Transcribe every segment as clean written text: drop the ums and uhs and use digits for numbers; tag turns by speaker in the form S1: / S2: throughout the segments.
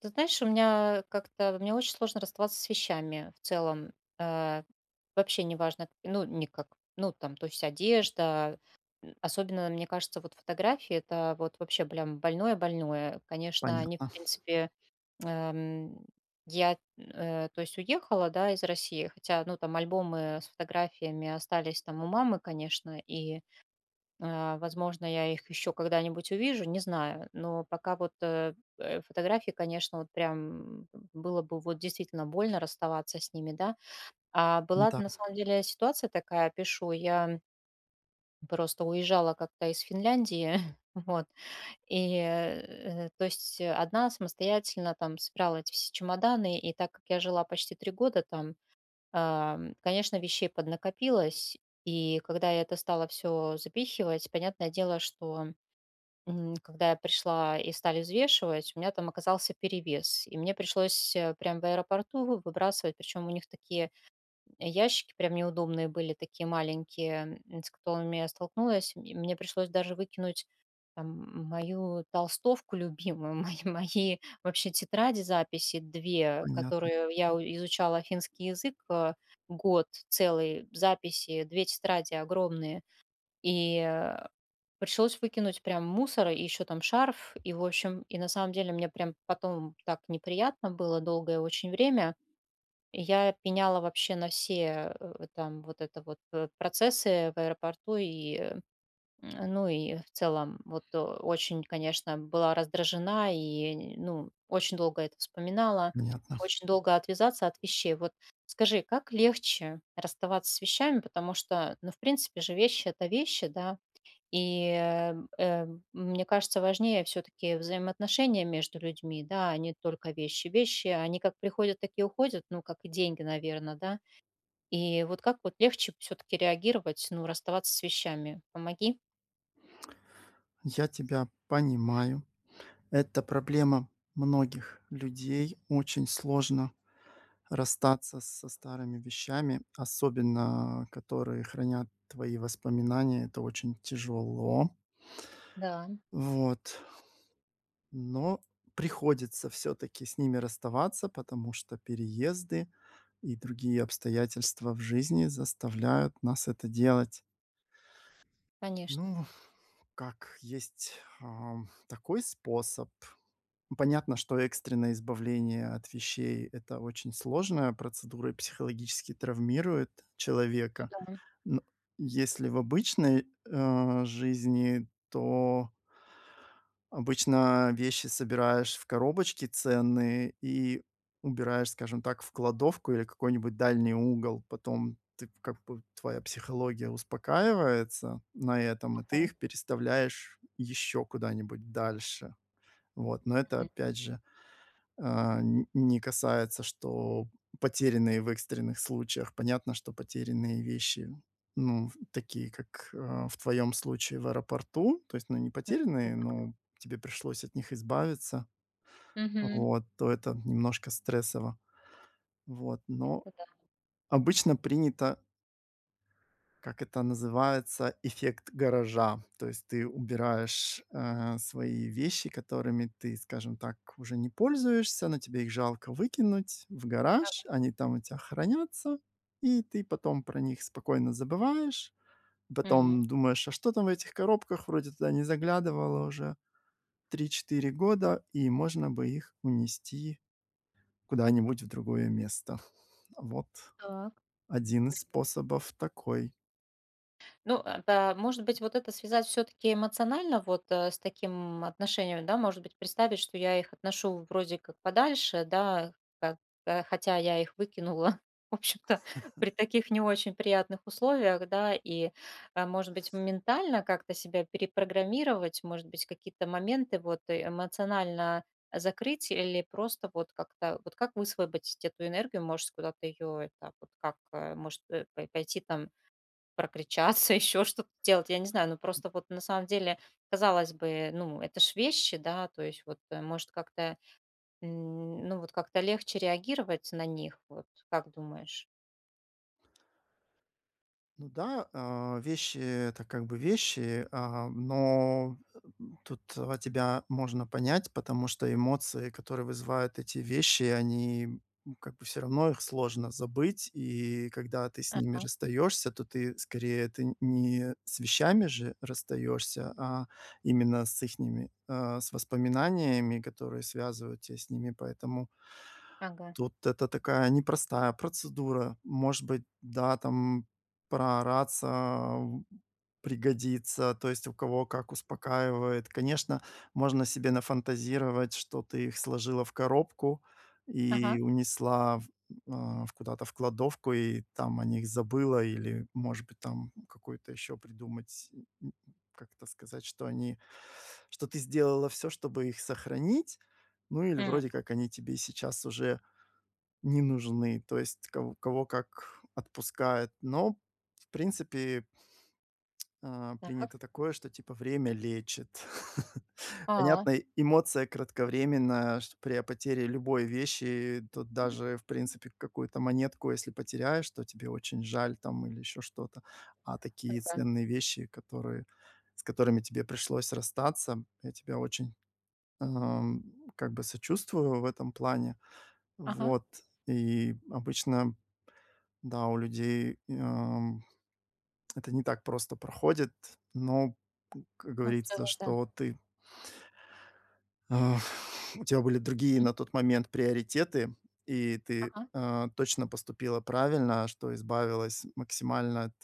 S1: Ты знаешь, у меня как-то мне очень сложно расставаться с вещами в целом. Э, Вообще неважно, ну, никак, ну, там, то есть одежда, особенно, мне кажется, вот фотографии, это вот вообще прям больное-больное. Конечно, они, в
S2: Понятно.
S1: принципе, эм, я, то есть, уехала, да, из России, хотя, ну, там альбомы с фотографиями остались там у мамы, конечно, и, возможно, я их еще когда-нибудь увижу, не знаю. Но пока вот, фотографии, конечно, вот прям было бы вот действительно больно расставаться с ними, да. А была
S2: Да,
S1: на самом деле ситуация такая, пишу, я просто уезжала как-то из Финляндии, вот, и, то есть, одна самостоятельно там собирала эти все чемоданы, и так как я жила почти 3 года там. Конечно, вещей поднакопилось, и когда я это стала все запихивать, понятное дело, что когда я пришла и стали взвешивать, у меня там оказался перевес. И мне пришлось прям в аэропорту выбрасывать, причем у них такие ящики прям неудобные были, такие маленькие, с которыми я столкнулась. И мне пришлось даже выкинуть там мою толстовку любимую, мои вообще тетради, записи две,
S2: понятно,
S1: которые я изучала финский язык, год целый, записи, две тетради огромные. И э, Пришлось выкинуть прям мусор и еще там шарф. И, в общем, и на самом деле мне прям потом так неприятно было долгое очень время, и я пеняла вообще на все, там вот это вот, процессы в аэропорту и, ну, и в целом вот, очень, конечно, была раздражена и, ну, очень долго это вспоминала,
S2: понятно.
S1: очень долго отвязаться от вещей. Вот скажи, как легче расставаться с вещами, потому что, ну, в принципе же вещи- это вещи, да? И, мне кажется, важнее все-таки взаимоотношения между людьми, да, а не только вещи. Вещи, они как приходят, так и уходят, ну, как и деньги, наверное, да. И вот как вот легче все-таки реагировать, ну, расставаться с вещами? Помоги.
S2: Я тебя понимаю. Это проблема многих людей. Очень сложно расстаться со старыми вещами, особенно которые хранят твои воспоминания. Это очень тяжело.
S1: Да,
S2: Вот. Но приходится все-таки с ними расставаться, потому что переезды и другие обстоятельства в жизни заставляют нас это делать.
S1: конечно.
S2: Ну, как есть, такой способ. Понятно, что экстренное избавление от вещей — это очень сложная процедура и психологически травмирует человека.
S1: Да,
S2: Но если в обычной, жизни, то обычно вещи собираешь в коробочки ценные и убираешь, скажем так, в кладовку или какой-нибудь дальний угол. Потом ты, как бы твоя психология успокаивается на этом, и ты
S1: да.
S2: их переставляешь еще куда-нибудь дальше. Вот, но это
S1: М,
S2: опять же не касается, что потерянные в экстренных случаях. Понятно, что потерянные вещи, ну, такие, как в твоем случае в аэропорту, то есть, ну, не
S1: м, м,
S2: потерянные,
S1: да.
S2: но тебе пришлось от них избавиться,
S1: Мгм.
S2: вот, то это немножко стрессово, вот. Но
S1: Это да.
S2: обычно принято, как это называется, эффект гаража. То есть ты убираешь, свои вещи, которыми ты, скажем так, уже не пользуешься, но тебе их жалко выкинуть в
S1: Ага.
S2: гараж, они там у тебя хранятся, и ты потом про них спокойно забываешь.
S1: М.
S2: Потом думаешь: "А что там в этих коробках? Вроде туда не заглядывала уже три-четыре года, и можно бы их унести куда-нибудь в другое место". Вот
S1: Так.
S2: один из способов такой.
S1: Ну, да, может быть, вот это связать все-таки эмоционально вот, с таким отношением, да, может быть, представить, что я их отношу вроде как подальше, да, как, хотя я их выкинула, в общем-то, при таких не очень приятных условиях, да, и, может быть, ментально как-то себя перепрограммировать, может быть, какие-то моменты вот, эмоционально закрыть или просто вот как-то, вот как высвободить эту энергию, может, куда-то ее, это, вот как, может, пойти там прокричаться, еще что-то делать, я не знаю. Ну, просто вот на самом деле, казалось бы, ну, это ж вещи, да, то есть вот, может, как-то, ну, вот как-то легче реагировать на них, вот, как думаешь?
S2: Ну да, вещи — это как бы вещи, а, но тут, тебя можно понять, потому что эмоции, которые вызывают эти вещи, они, как бы все равно их сложно забыть. И когда ты с ними
S1: Ага,
S2: расстаешься, то ты скорее ты не с вещами же расстаешься, а именно с ихними, с воспоминаниями, которые связывают тебя с ними. Поэтому
S1: ага,
S2: тут это такая непростая процедура. Может быть, да, там проораться, м, пригодится, то есть у кого как успокаивает. Конечно, можно себе нафантазировать, что ты их сложила в коробку
S1: ага.
S2: и унесла в куда-то в кладовку, и там о них забыла, или, может быть, там какую-то еще придумать, м, как то сказать, что они что ты сделала все, чтобы их сохранить. Ну, или
S1: М.
S2: вроде как они тебе сейчас уже не нужны, то есть кого как отпускает. Но, в принципе,
S1: Так.
S2: принято такое, что типа время лечит.
S1: А,
S2: Понятно, эмоция кратковременная, что при потере любой вещи, тут даже, в принципе, какую-то монетку, если потеряешь, то тебе очень жаль там или еще что-то. А такие
S1: ага,
S2: ценные вещи, которые с которыми тебе пришлось расстаться, я тебя очень, ам, как бы сочувствую в этом плане.
S1: ага.
S2: Вот. И обычно да, у людей, это не так просто проходит, но, как
S1: Ну, в
S2: говорится,
S1: целом, да.
S2: что ты, а, у тебя были другие
S1: М.
S2: на тот момент приоритеты, и ты,
S1: Ага.
S2: точно поступила правильно, что избавилась максимально от,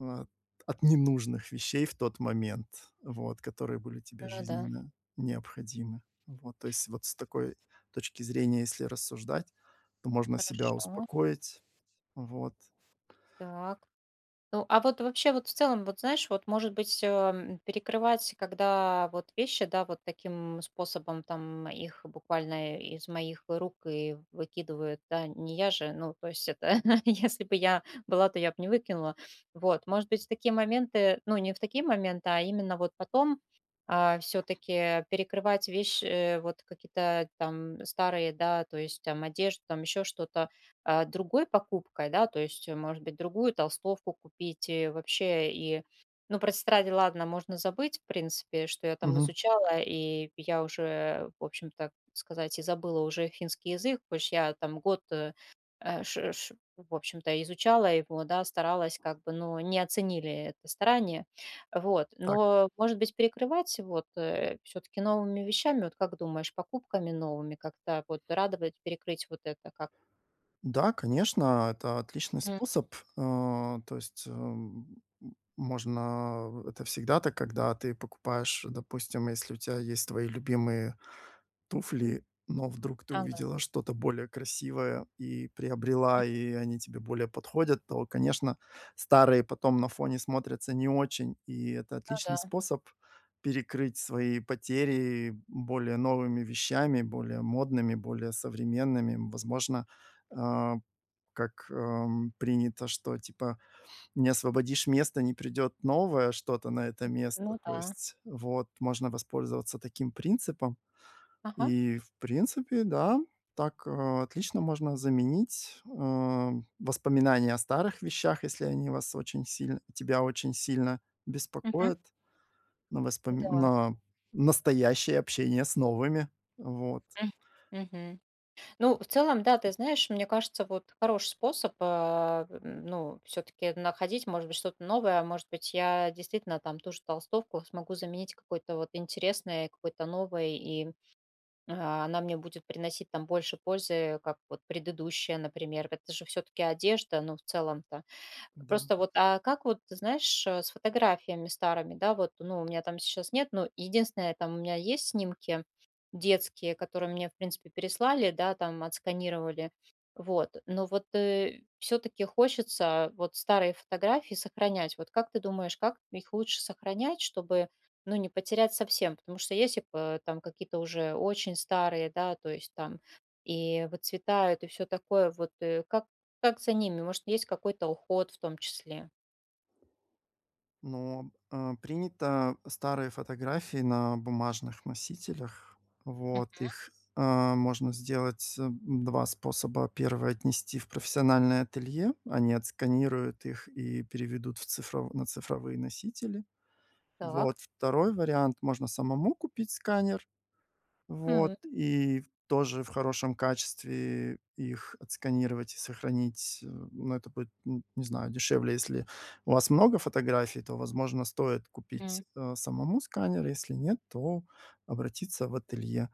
S2: а, от ненужных вещей в тот момент, вот, которые были тебе
S1: Ну да.
S2: жизненно необходимы. Вот, то есть вот с такой точки зрения, если рассуждать, то можно себя
S1: Хорошо.
S2: успокоить. Вот.
S1: Так. Ну, а вот вообще, вот в целом, вот знаешь, вот может быть, перекрывать, когда вот вещи, да, вот таким способом там их буквально из моих рук и выкидывают, да, не я же, ну, то есть это, если бы я была, то я бы не выкинула. Вот, может быть, в такие моменты, ну, не в такие моменты, а именно вот потом все-таки перекрывать вещи, вот какие-то там старые, да, то есть там одежду, там еще что-то, другой покупкой, да, то есть, может быть, другую толстовку купить и вообще, и, ну, про тетради, ладно, можно забыть, в принципе, что я там
S2: Мгм.
S1: изучала, и я уже, в общем-то, сказать, и забыла уже финский язык, потому что я там год, в общем-то, изучала его, да, старалась как бы, но не оценили это старание, вот.
S2: Так.
S1: Но, может быть, перекрывать вот все-таки новыми вещами, вот как думаешь, покупками новыми как-то вот радовать, перекрыть вот это как?
S2: Да, конечно, это отличный способ. А, то есть, можно это всегда так, когда ты покупаешь, допустим, если у тебя есть твои любимые туфли, но вдруг ты
S1: Ага.
S2: увидела что-то более красивое и приобрела,
S1: Мгм.
S2: и они тебе более подходят, то, конечно, старые потом на фоне смотрятся не очень, и это
S1: Ну
S2: отличный
S1: да,
S2: способ перекрыть свои потери более новыми вещами, более модными, более современными. Возможно, а, как, принято, что типа не освободишь место, не придет новое что-то на это место.
S1: ну
S2: То
S1: да.
S2: есть вот можно воспользоваться таким принципом.
S1: Ага.
S2: И в принципе, да, так, отлично можно заменить, воспоминания о старых вещах, если они вас очень сильно тебя очень сильно
S1: Мгм.
S2: беспокоят, на воспоми
S1: Да.
S2: на настоящее общение с новыми. Вот,
S1: М. Мгм. Ну, в целом, да, ты знаешь, мне кажется, вот хороший способ, ну, все-таки находить, может быть, что-то новое, А может быть, я действительно там ту же толстовку смогу заменить какой-то вот интересной, какой-то новой, и она мне будет приносить там больше пользы, как вот предыдущая, например. Это же все-таки одежда, но в целом-то.
S2: да.
S1: Просто вот, а как вот, ты знаешь, с фотографиями старыми, да, вот, ну, у меня там сейчас нет, но единственное, там у меня есть снимки детские, которые мне, в принципе, переслали, да, там отсканировали, вот. Но вот все-таки хочется вот старые фотографии сохранять. Вот как ты думаешь, как их лучше сохранять, чтобы, ну, не потерять совсем? Потому что если там какие-то уже очень старые, да, то есть там и выцветают, и все такое, вот, как за ними? Может, есть какой-то уход в том числе?
S2: Но принято старые фотографии на бумажных носителях. Вот
S1: Мгм.
S2: их, можно сделать, 2 способа. Первый — отнести в профессиональное ателье. Они отсканируют их и переведут в цифров на цифровые носители.
S1: Так.
S2: Вот. Второй вариант — можно самому купить сканер. Вот,
S1: М.
S2: и тоже в хорошем качестве их отсканировать и сохранить. Ну, это будет, н не знаю, дешевле. Если у вас много фотографий, то, возможно, стоит купить,
S1: Мгм.
S2: самому сканер. Если нет, то обратиться в ателье.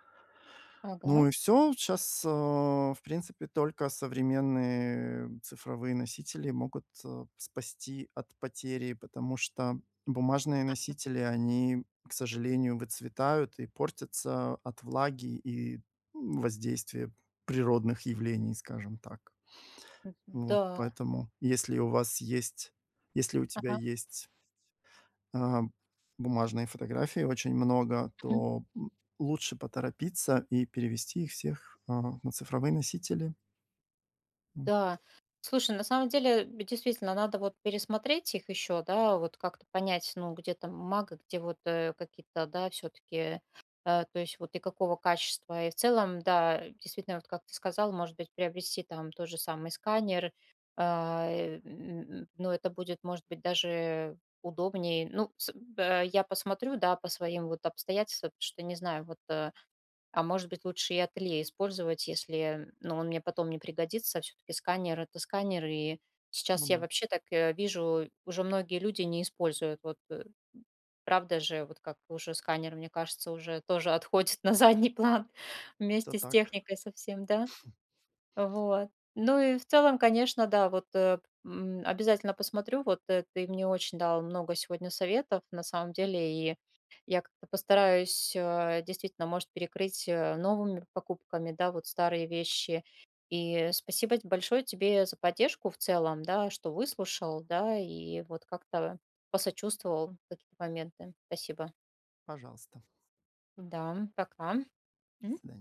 S2: Ну
S1: Ага.
S2: и все. Сейчас, в принципе, только современные цифровые носители могут, спасти от потери, потому что бумажные носители, они, к сожалению, выцветают и портятся от влаги и, воздействия природных явлений, скажем так. Вот
S1: Да.
S2: поэтому, если у тебя
S1: Ага.
S2: есть, а, бумажные фотографии очень много, то, лучше поторопиться и перевести их всех, на цифровые носители. М,
S1: Да. Слушай, на самом деле, действительно, надо вот пересмотреть их еще, да, вот как-то понять, ну, где там мага, где вот, какие-то, да, все таки то есть вот и какого качества. И в целом, да, действительно, вот как ты сказал, может быть, приобрести там тот же самый сканер. Ну, это будет, может быть, даже удобнее. Ну, с б я посмотрю, да, по своим вот обстоятельствам, потому что не знаю, вот, а может быть, лучше и ателье использовать, если, ну, он мне потом не пригодится. Все-таки сканер– это сканер, и
S2: ну
S1: сейчас
S2: да,
S1: я вообще так вижу, уже многие люди не используют. Вот, правда же, вот как уже сканер, мне кажется, уже тоже отходит на задний план
S2: всё
S1: вместе с
S2: так.
S1: техникой совсем, да? Вот. Ну и в целом, конечно, да, обязательно посмотрю. Вот, ты мне очень дал много сегодня советов, на самом деле, и я как-то постараюсь, действительно, может, перекрыть, новыми покупками, да, вот старые вещи. И спасибо большое тебе за поддержку в целом, да, что выслушал, да, и вот как-то посочувствовал в такие моменты. Спасибо.
S2: Пожалуйста.
S1: Да, пока.
S2: До
S1: М.
S2: свидания.